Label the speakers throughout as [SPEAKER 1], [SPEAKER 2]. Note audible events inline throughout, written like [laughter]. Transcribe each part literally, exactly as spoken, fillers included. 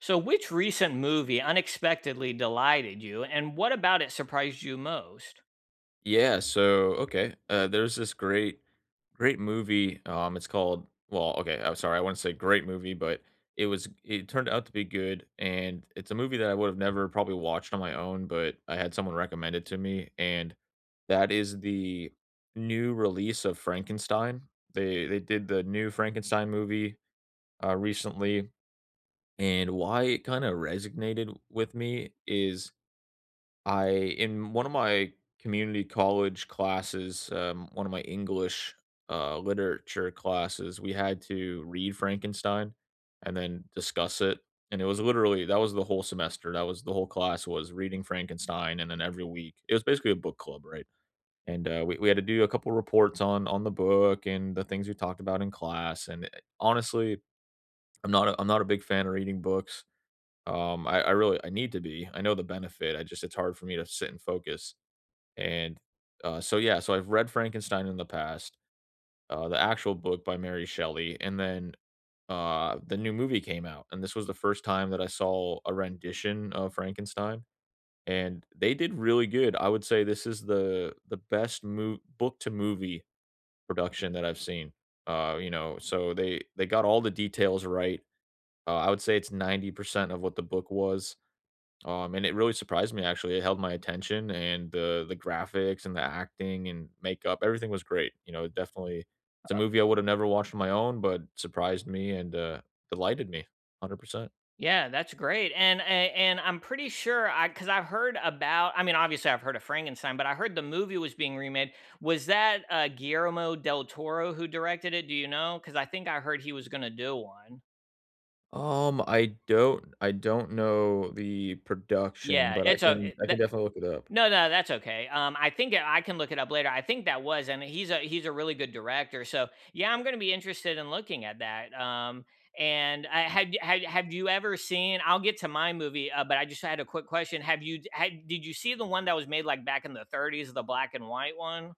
[SPEAKER 1] So, which recent movie unexpectedly delighted you, and what about it surprised you most?
[SPEAKER 2] Yeah, so okay. Uh There's this great great movie. Um it's called, well, okay, I'm sorry, I wouldn't say great movie, but it was it turned out to be good, and it's a movie that I would have never probably watched on my own, but I had someone recommend it to me, and that is the new release of Frankenstein. They they did the new Frankenstein movie uh recently, and why it kind of resonated with me is, I, in one of my community college classes, um, one of my English, uh, literature classes, we had to read Frankenstein and then discuss it, and it was literally, that was the whole semester, that was the whole class, was reading Frankenstein, and then every week it was basically a book club, right? And, uh, we we had to do a couple reports on on the book and the things we talked about in class, and, eh, honestly, I'm not a I'm not a big fan of reading books. Um, I I really, I need to be. I know the benefit, I just, it's hard for me to sit and focus. And, uh, so yeah, so I've read Frankenstein in the past, uh, the actual book by Mary Shelley, and then, uh, the new movie came out, and this was the first time that I saw a rendition of Frankenstein, and they did really good. I would say this is the the best mo book to movie production that I've seen. Uh, you know, so they they got all the details right. Uh, I would say it's ninety percent of what the book was. Um, and it really surprised me, actually. It held my attention, and the the graphics and the acting and makeup, everything was great. You know, it definitely, it's a movie I would have never watched on my own, but surprised me and uh delighted me one hundred percent.
[SPEAKER 1] Yeah, that's great, and a- and I'm pretty sure I because I've heard about. I mean, obviously I've heard of Frankenstein, but I heard the movie was being remade. Was that uh, Guillermo del Toro who directed it? Do you know? Because I think I heard he was going to do one.
[SPEAKER 2] Um, I don't I don't know the production,
[SPEAKER 1] Yeah,
[SPEAKER 2] but I
[SPEAKER 1] it's a
[SPEAKER 2] can I
[SPEAKER 1] it-
[SPEAKER 2] can definitely look it up.
[SPEAKER 1] No, no, that's okay. Um, I think I can look it up later. I think that was, and he's a he's a really good director. So yeah, I'm going to be interested in looking at that. Um, and I, have, y- have have you ever seen? I'll get to my movie, uh, but I just had a quick question. Have you had, did you see the one that was made like back in the thirties, the black and white one?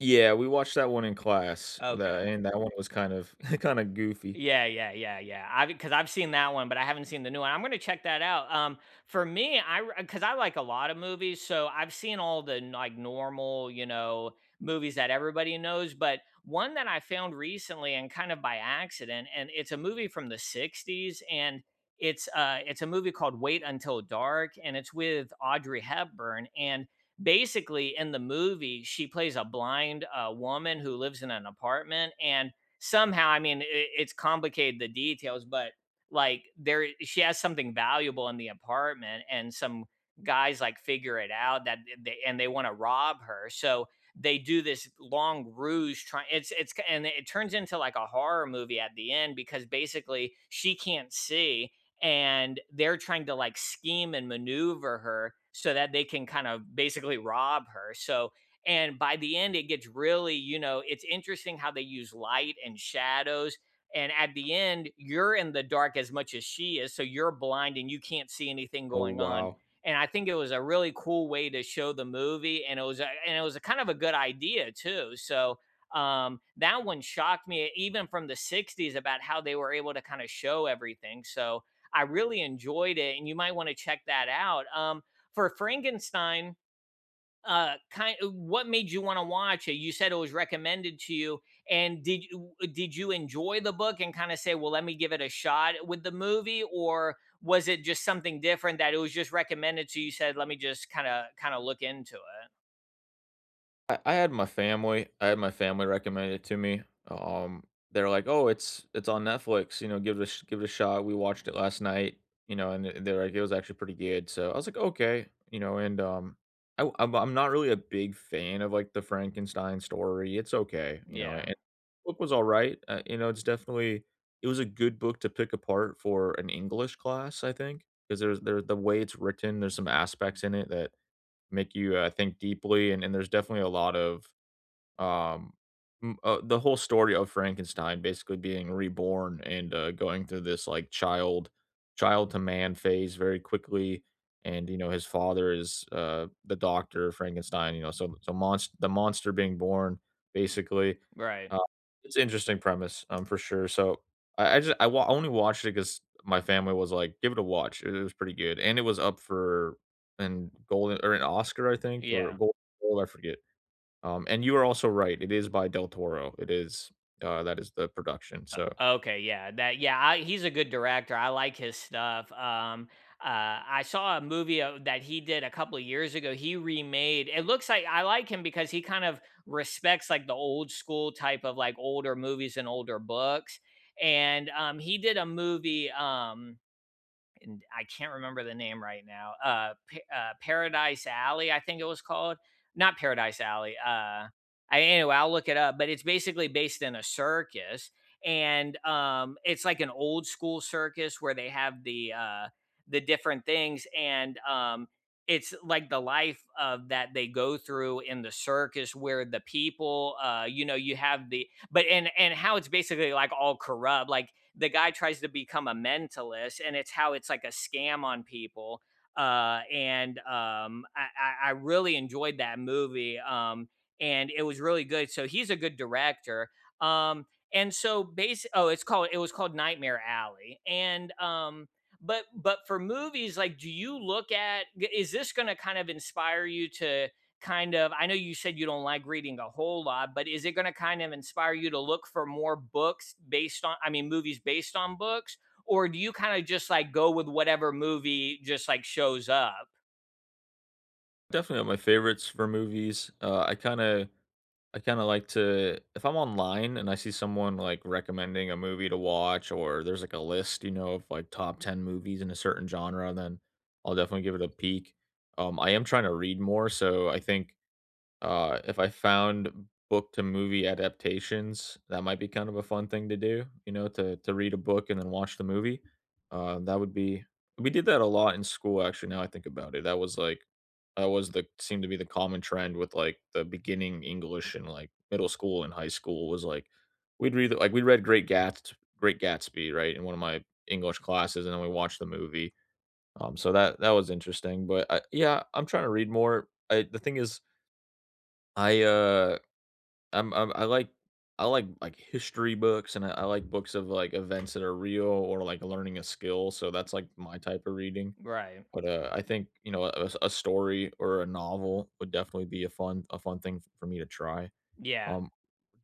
[SPEAKER 2] Yeah, we watched that one in class. That,
[SPEAKER 1] Okay.
[SPEAKER 2] and that one was kind of [laughs] kind of goofy.
[SPEAKER 1] Yeah, yeah, yeah, yeah. I Because I've seen that one, but I haven't seen the new one. I'm gonna check that out. Um, for me, I because I like a lot of movies, so I've seen all the n- like normal, you know, movies that everybody knows. But one that I found recently and kind of by accident, and it's a movie from the sixties, and it's uh, it's a movie called Wait Until Dark, and it's with Audrey Hepburn, and basically in the movie she plays a blind uh, woman who lives in an apartment and somehow I mean it, it's complicated the details, but like there she has something valuable in the apartment and some guys like figure it out that they and they want to rob her. So they do this long ruse trying, it's it's and it turns into like a horror movie at the end because basically she can't see, and they're trying to like scheme and maneuver her so that they can kind of basically rob her. So, and by the end, it gets really, you know, it's interesting how they use light and shadows. And at the end, you're in the dark as much as she is. So you're blind and you can't see anything
[SPEAKER 2] Oh
[SPEAKER 1] going on.
[SPEAKER 2] wow.
[SPEAKER 1] And I think it was a really cool way to show the movie. And it was, a, and it was a kind of a good idea too. So, um, that one shocked me e, even from the sixties, about how they were able to kind of show everything. So I really enjoyed it. And you might want to check that out. Um, for Frankenstein, uh kind, what made you want to watch it? You said it was recommended to you, and did you did you enjoy the book and kind of say, well, let me give it a shot with the movie? Or was it just something different, that it was just recommended to you, said, let me just kind of kind of look into it.
[SPEAKER 2] I I had my family I had my family recommend it to me. Um, they're like, "Oh, it's it's on Netflix, you know, give it a sh- give it a shot. We watched it last night, you know." And th- they're like, "It was actually pretty good." So I was like, "Okay," you know. And um, I w- I'm, I'm not really a big fan of like the Frankenstein story. It's okay, you know,
[SPEAKER 1] Yeah.
[SPEAKER 2] and book was all right. Uh, you know, it's definitely, it was a good book to pick apart for an English class, I think, because there's there's the way it's written. There's some aspects in it that make you uh, think deeply, and and there's definitely a lot of um, mm, uh, the whole story of Frankenstein basically being reborn and, uh, going through this, like, child child to man phase very quickly, and, you know, his father is, uh, the doctor, Frankenstein, you know, so so monster the monster being born, basically.
[SPEAKER 1] Right.
[SPEAKER 2] Uh, it's an interesting premise, um, for sure, so I I just I wa only watched it because my family was like, "Give it a watch." It it was pretty good, and it was up for an Golden, or an Oscar, I think, or
[SPEAKER 1] Yeah.
[SPEAKER 2] gold, I forget. Um, and you are also right, it is by Del Toro. It is, uh, that is the production, so
[SPEAKER 1] Okay, yeah, that yeah, I, he's a good director. I like his stuff. Um, uh, I saw a movie uh, that he did a couple of years ago. He remade. It looks like I like him because he kind of respects like the old school type of like older movies and older books. And um, he did a movie. Um, and I can't remember the name right now. Uh, Pa- uh Paradise Alley, I think it was called. Not Paradise Alley. Uh, I, anyway, I'll look it up. But it's basically based in a circus, and um, it's like an old school circus where they have the uh the different things, and um, it's like the life of that they go through in the circus where the people, uh you know, you have the but and and how it's basically like all corrupt. Like, the guy tries to become a mentalist, and it's how it's like a scam on people. Uh, and um, I, I really enjoyed that movie. Um, and it was really good. So he's a good director. Um, and so basically, oh, it's called it was called Nightmare Alley. And um, but but for movies, like, do you look at? Is this going to kind of inspire you to? Kind of, I know you said you don't like reading a whole lot, but is it going to kind of inspire you to look for more books based on, I mean movies based on books? Or do you kind of just like go with whatever movie just like shows up?
[SPEAKER 2] definitely one my favorites for movies. Uh, I kinda I kinda like to, if I'm online and I see someone, like, recommending a movie to watch, or there's, like, a list, you know, of, like, top ten movies in a certain genre, then I'll definitely give it a peek. Um, I am trying to read more, so I think, Uh, if I found book to movie adaptations, that might be kind of a fun thing to do, you know, to to read a book and then watch the movie. Uh, that would be, we did that a lot in school, actually, now I think about it. That was like, that was the, seemed to be the common trend with like the beginning English in like middle school and high school was like, we'd read like we read Great Gats Great Gatsby, right, in one of my English classes, and then we watched the movie. Um, so that that was interesting, but I, yeah, I'm trying to read more. I, the thing is, I uh I'm I'm I like I like, like, history books, and I I like books of, like, events that are real, or, like, learning a skill, so that's, like, my type of reading,
[SPEAKER 1] Right.
[SPEAKER 2] but, uh, I think, you know, a a story or a novel would definitely be a fun a fun thing for me to try.
[SPEAKER 1] Yeah.
[SPEAKER 2] Um,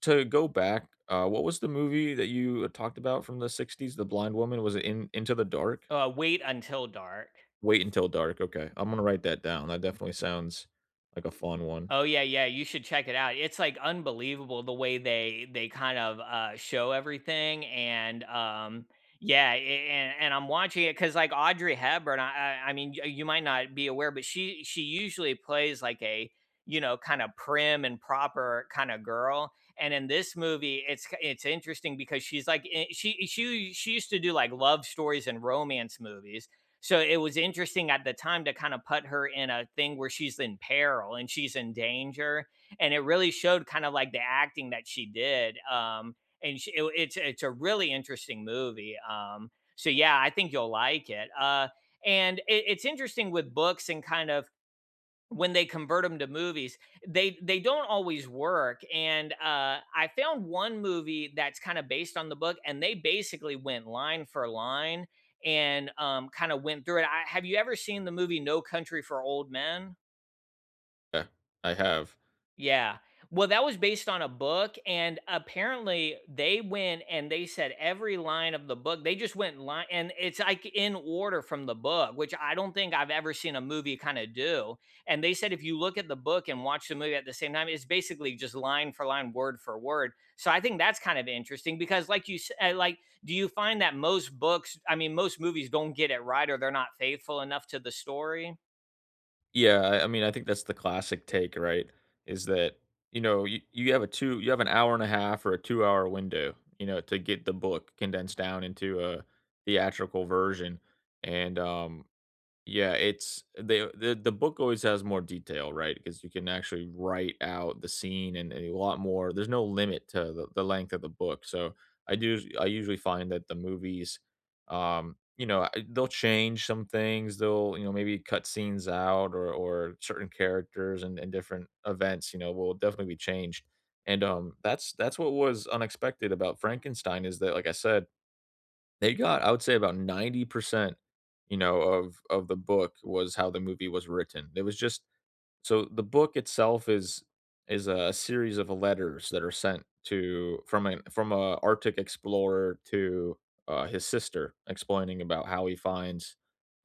[SPEAKER 2] to go back, uh, what was the movie that you talked about from the sixties, The Blind Woman? Was it In Into the Dark?
[SPEAKER 1] Uh, Wait Until Dark.
[SPEAKER 2] Wait Until Dark, okay. I'm gonna write that down, that definitely sounds like a fun one.
[SPEAKER 1] Oh yeah, yeah, you should check it out. It's like unbelievable the way they they kind of uh show everything. And um, yeah, a- and, and I'm watching it cuz like Audrey Hepburn, I, I I mean, y- you might not be aware, but she she usually plays like a, you know, kind of prim and proper kind of girl. And in this movie, it's k- it's interesting because she's like I- she she she used to do like love stories and romance movies. So it was interesting at the time to kind of put her in a thing where she's in peril and she's in danger, and it really showed kind of like the acting that she did. Um, and she, it, it's it's a really interesting movie. Um, so yeah, I think you'll like it. Uh, and it, it's interesting with books, and kind of when they convert them to movies, they they don't always work. And uh I found one movie that's kind of based on the book, and they basically went line for line. And um, kind of went through it. I, have you ever seen the movie No Country for Old Men?
[SPEAKER 2] Yeah, I have.
[SPEAKER 1] Yeah. Well, that was based on a book, and apparently they went and they said every line of the book. They just went line, and it's like in order from the book, which I don't think I've ever seen a movie kind of do. And they said if you look at the book and watch the movie at the same time, it's basically just line for line, word for word. So I think that's kind of interesting because, like you said, like, do you find that most books, I mean, most movies don't get it right, or they're not faithful enough to the story?
[SPEAKER 2] Yeah, I I mean, I think that's the classic take, right? Is that, you know, you, you have a two, you have an hour and a half or a two hour window, you know, to get the book condensed down into a theatrical version. And, um, yeah, it's the the the book always has more detail, right? Because you can actually write out the scene, and, and a lot more. There's no limit to the, the length of the book. So I do I usually find that the movies, um, you know, I- they'll change some things. They'll, you know, maybe cut scenes out, or or certain characters, and, and different events, you know, will definitely be changed. And um, that's that's what was unexpected about Frankenstein, is that, like I said, they got, I would say, about ninety percent, you know, of of the book was how the movie was written. It was just, so the book itself is is a series of letters that are sent to, from an from a Arctic explorer to uh, his sister, explaining about how he finds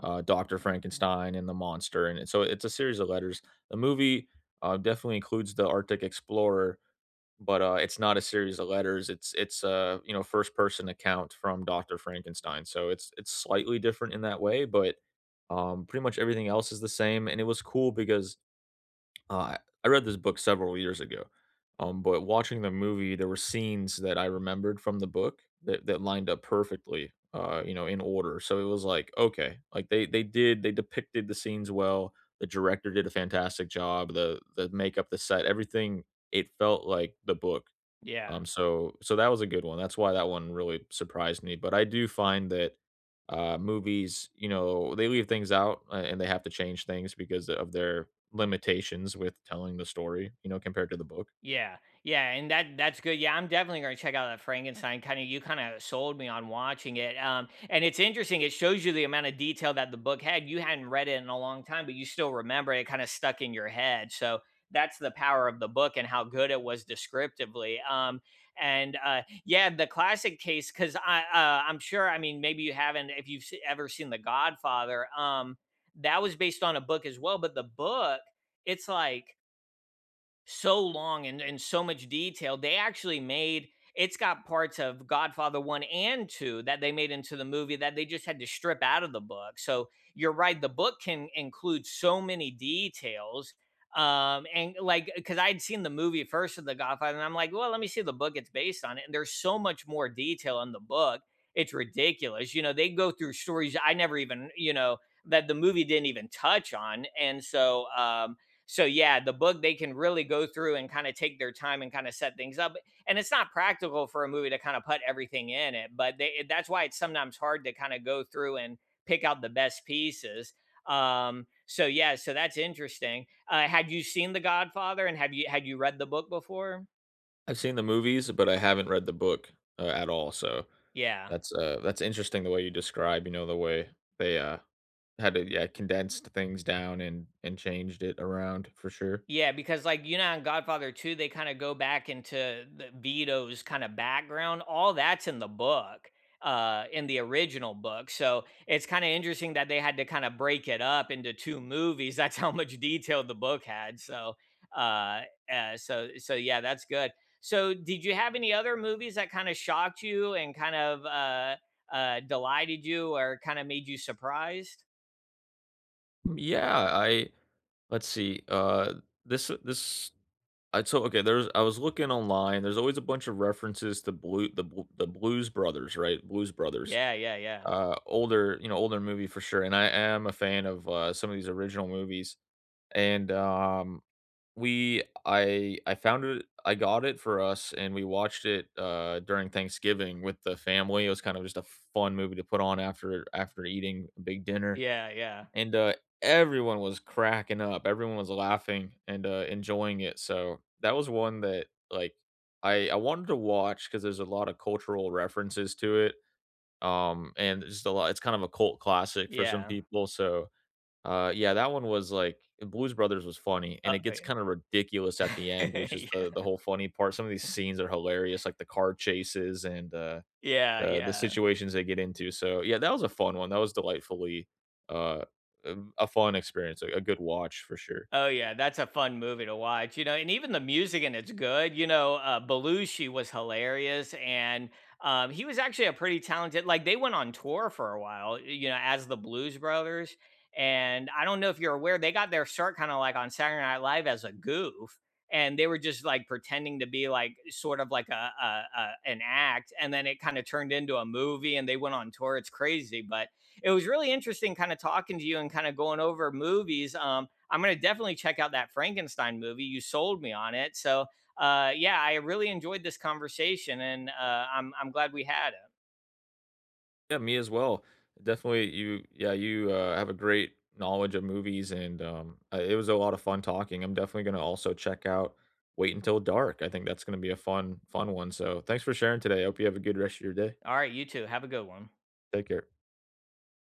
[SPEAKER 2] uh, Doctor Frankenstein and the monster, and so it's a series of letters. The movie uh, definitely includes the Arctic explorer, but, uh, it's not a series of letters, it's it's a, you know, first person account from Doctor Frankenstein, so it's it's slightly different in that way, but, um, pretty much everything else is the same, and it was cool because, uh, I read this book several years ago, um, but watching the movie, there were scenes that I remembered from the book that that lined up perfectly, uh, you know, in order, so it was like, okay, like, they they did they depicted the scenes well, the director did a fantastic job, the the makeup, the set, everything, it felt like the book,
[SPEAKER 1] Yeah.
[SPEAKER 2] um, so so that was a good one. That's why that one really surprised me, but I do find that, uh, movies, you know, they leave things out, a and they have to change things because of their limitations with telling the story, you know, compared to the book.
[SPEAKER 1] Yeah, yeah, and that that's good. Yeah, I'm definitely gonna check out that Frankenstein. Kind of, you kind of sold me on watching it. Um, and it's interesting. It shows you the amount of detail that the book had. You hadn't read it in a long time, but you still remember it. Kind of stuck in your head. So that's the power of the book and how good it was descriptively. Um, and uh, yeah, the classic case because I uh, I'm sure. I mean, maybe you haven't if you've se- ever seen The Godfather. Um, that was based on a book as well, but the book, it's like so long and in so much detail. They actually made, it's got parts of Godfather one and two that they made into the movie, that they just had to strip out of the book. So you're right, the book can include so many details. Um, and like because I'd seen the movie first of The Godfather, and I'm like, well, let me see the book it's based on. It. And there's so much more detail in the book, it's ridiculous. You know, they go through stories I never even, you know, that the movie didn't even touch on. And so um, so yeah, the book, they can really go through and kind of take their time and kind of set things up. And it's not practical for a movie to kind of put everything in it, but they, that's why it's sometimes hard to kind of go through and pick out the best pieces. Um, so yeah, so that's interesting. Uh, had you seen The Godfather? And have you had you read the book before?
[SPEAKER 2] I've seen the movies, but I haven't read the book, uh, at all, so
[SPEAKER 1] Yeah.
[SPEAKER 2] that's, uh, that's interesting the way you describe, you know, the way they, uh, had to, yeah, condensed things down and and changed it around for sure.
[SPEAKER 1] Yeah, because, like, you know, on Godfather two, they kind of go back into the Vito's kind of background. All that's in the book, uh, in the original book. So it's kind of interesting that they had to kind of break it up into two movies. [laughs] That's how much detail the book had. So, uh, uh, so so yeah, that's good. So, did you have any other movies that kind of shocked you and kind of uh, uh, delighted you or kind of made you surprised?
[SPEAKER 2] Mm, Yeah, I let's see, uh, this this I so okay, there's I was looking online, there's always a bunch of references to Blue the Bl the Blues Brothers, right? Blues Brothers.
[SPEAKER 1] Yeah, yeah, yeah,
[SPEAKER 2] Uh, older, you know, older movie for sure, and I am a fan of, uh, some of these original movies, and, um, we I I found it I got it for us, and we watched it, uh, during Thanksgiving with the family. It was kind of just a fun movie to put on after after eating a big dinner,
[SPEAKER 1] yeah, yeah,
[SPEAKER 2] and uh, everyone was cracking up. Everyone was laughing and uh, enjoying it. So that was one that like I I wanted to watch because there's a lot of cultural references to it. Um, and it's just a lot. It's kind of a cult classic for some
[SPEAKER 1] yeah.
[SPEAKER 2] people. So uh, yeah, that one was like, Blues Brothers was funny,
[SPEAKER 1] Uh,
[SPEAKER 2] and it gets kind of ridiculous at the
[SPEAKER 1] [laughs]
[SPEAKER 2] end, which is
[SPEAKER 1] yeah.
[SPEAKER 2] the the whole funny part. Some of these scenes are hilarious, like the car chases and. Uh,
[SPEAKER 1] Yeah,
[SPEAKER 2] the the
[SPEAKER 1] yeah.
[SPEAKER 2] situations they get into, so, yeah, that was a fun one, that was delightfully, uh, um, a fun experience, a a good watch for sure.
[SPEAKER 1] Oh yeah, that's a fun movie to watch, you know, and even the music in it's good, you know, uh, Belushi was hilarious. And um, he was actually a pretty talented, like they went on tour for a while, you know, as the Blues Brothers. And I don't know if you're aware, they got their start kind of like on Saturday Night Live as a goof. And they were just like pretending to be like sort of like a, a, a an act, and then it kind of turned into a movie, and they went on tour. It's crazy, but it was really interesting, kind of talking to you and kind of going over movies. Um, I'm going to definitely check out that Frankenstein movie. You sold me on it. So, uh, yeah, I really enjoyed this conversation. And uh, I'm, I'm glad we had it.
[SPEAKER 2] Yeah, me as well. Definitely, you yeah, you, uh, have a great knowledge of movies, and, um, uh, it was a lot of fun talking. I'm definitely gonna also check out Wait Until Dark, I think that's gonna be a fun fun one. So thanks for sharing today, I hope you have a good rest of your day.
[SPEAKER 1] All right, you two, have a good one.
[SPEAKER 2] Take care.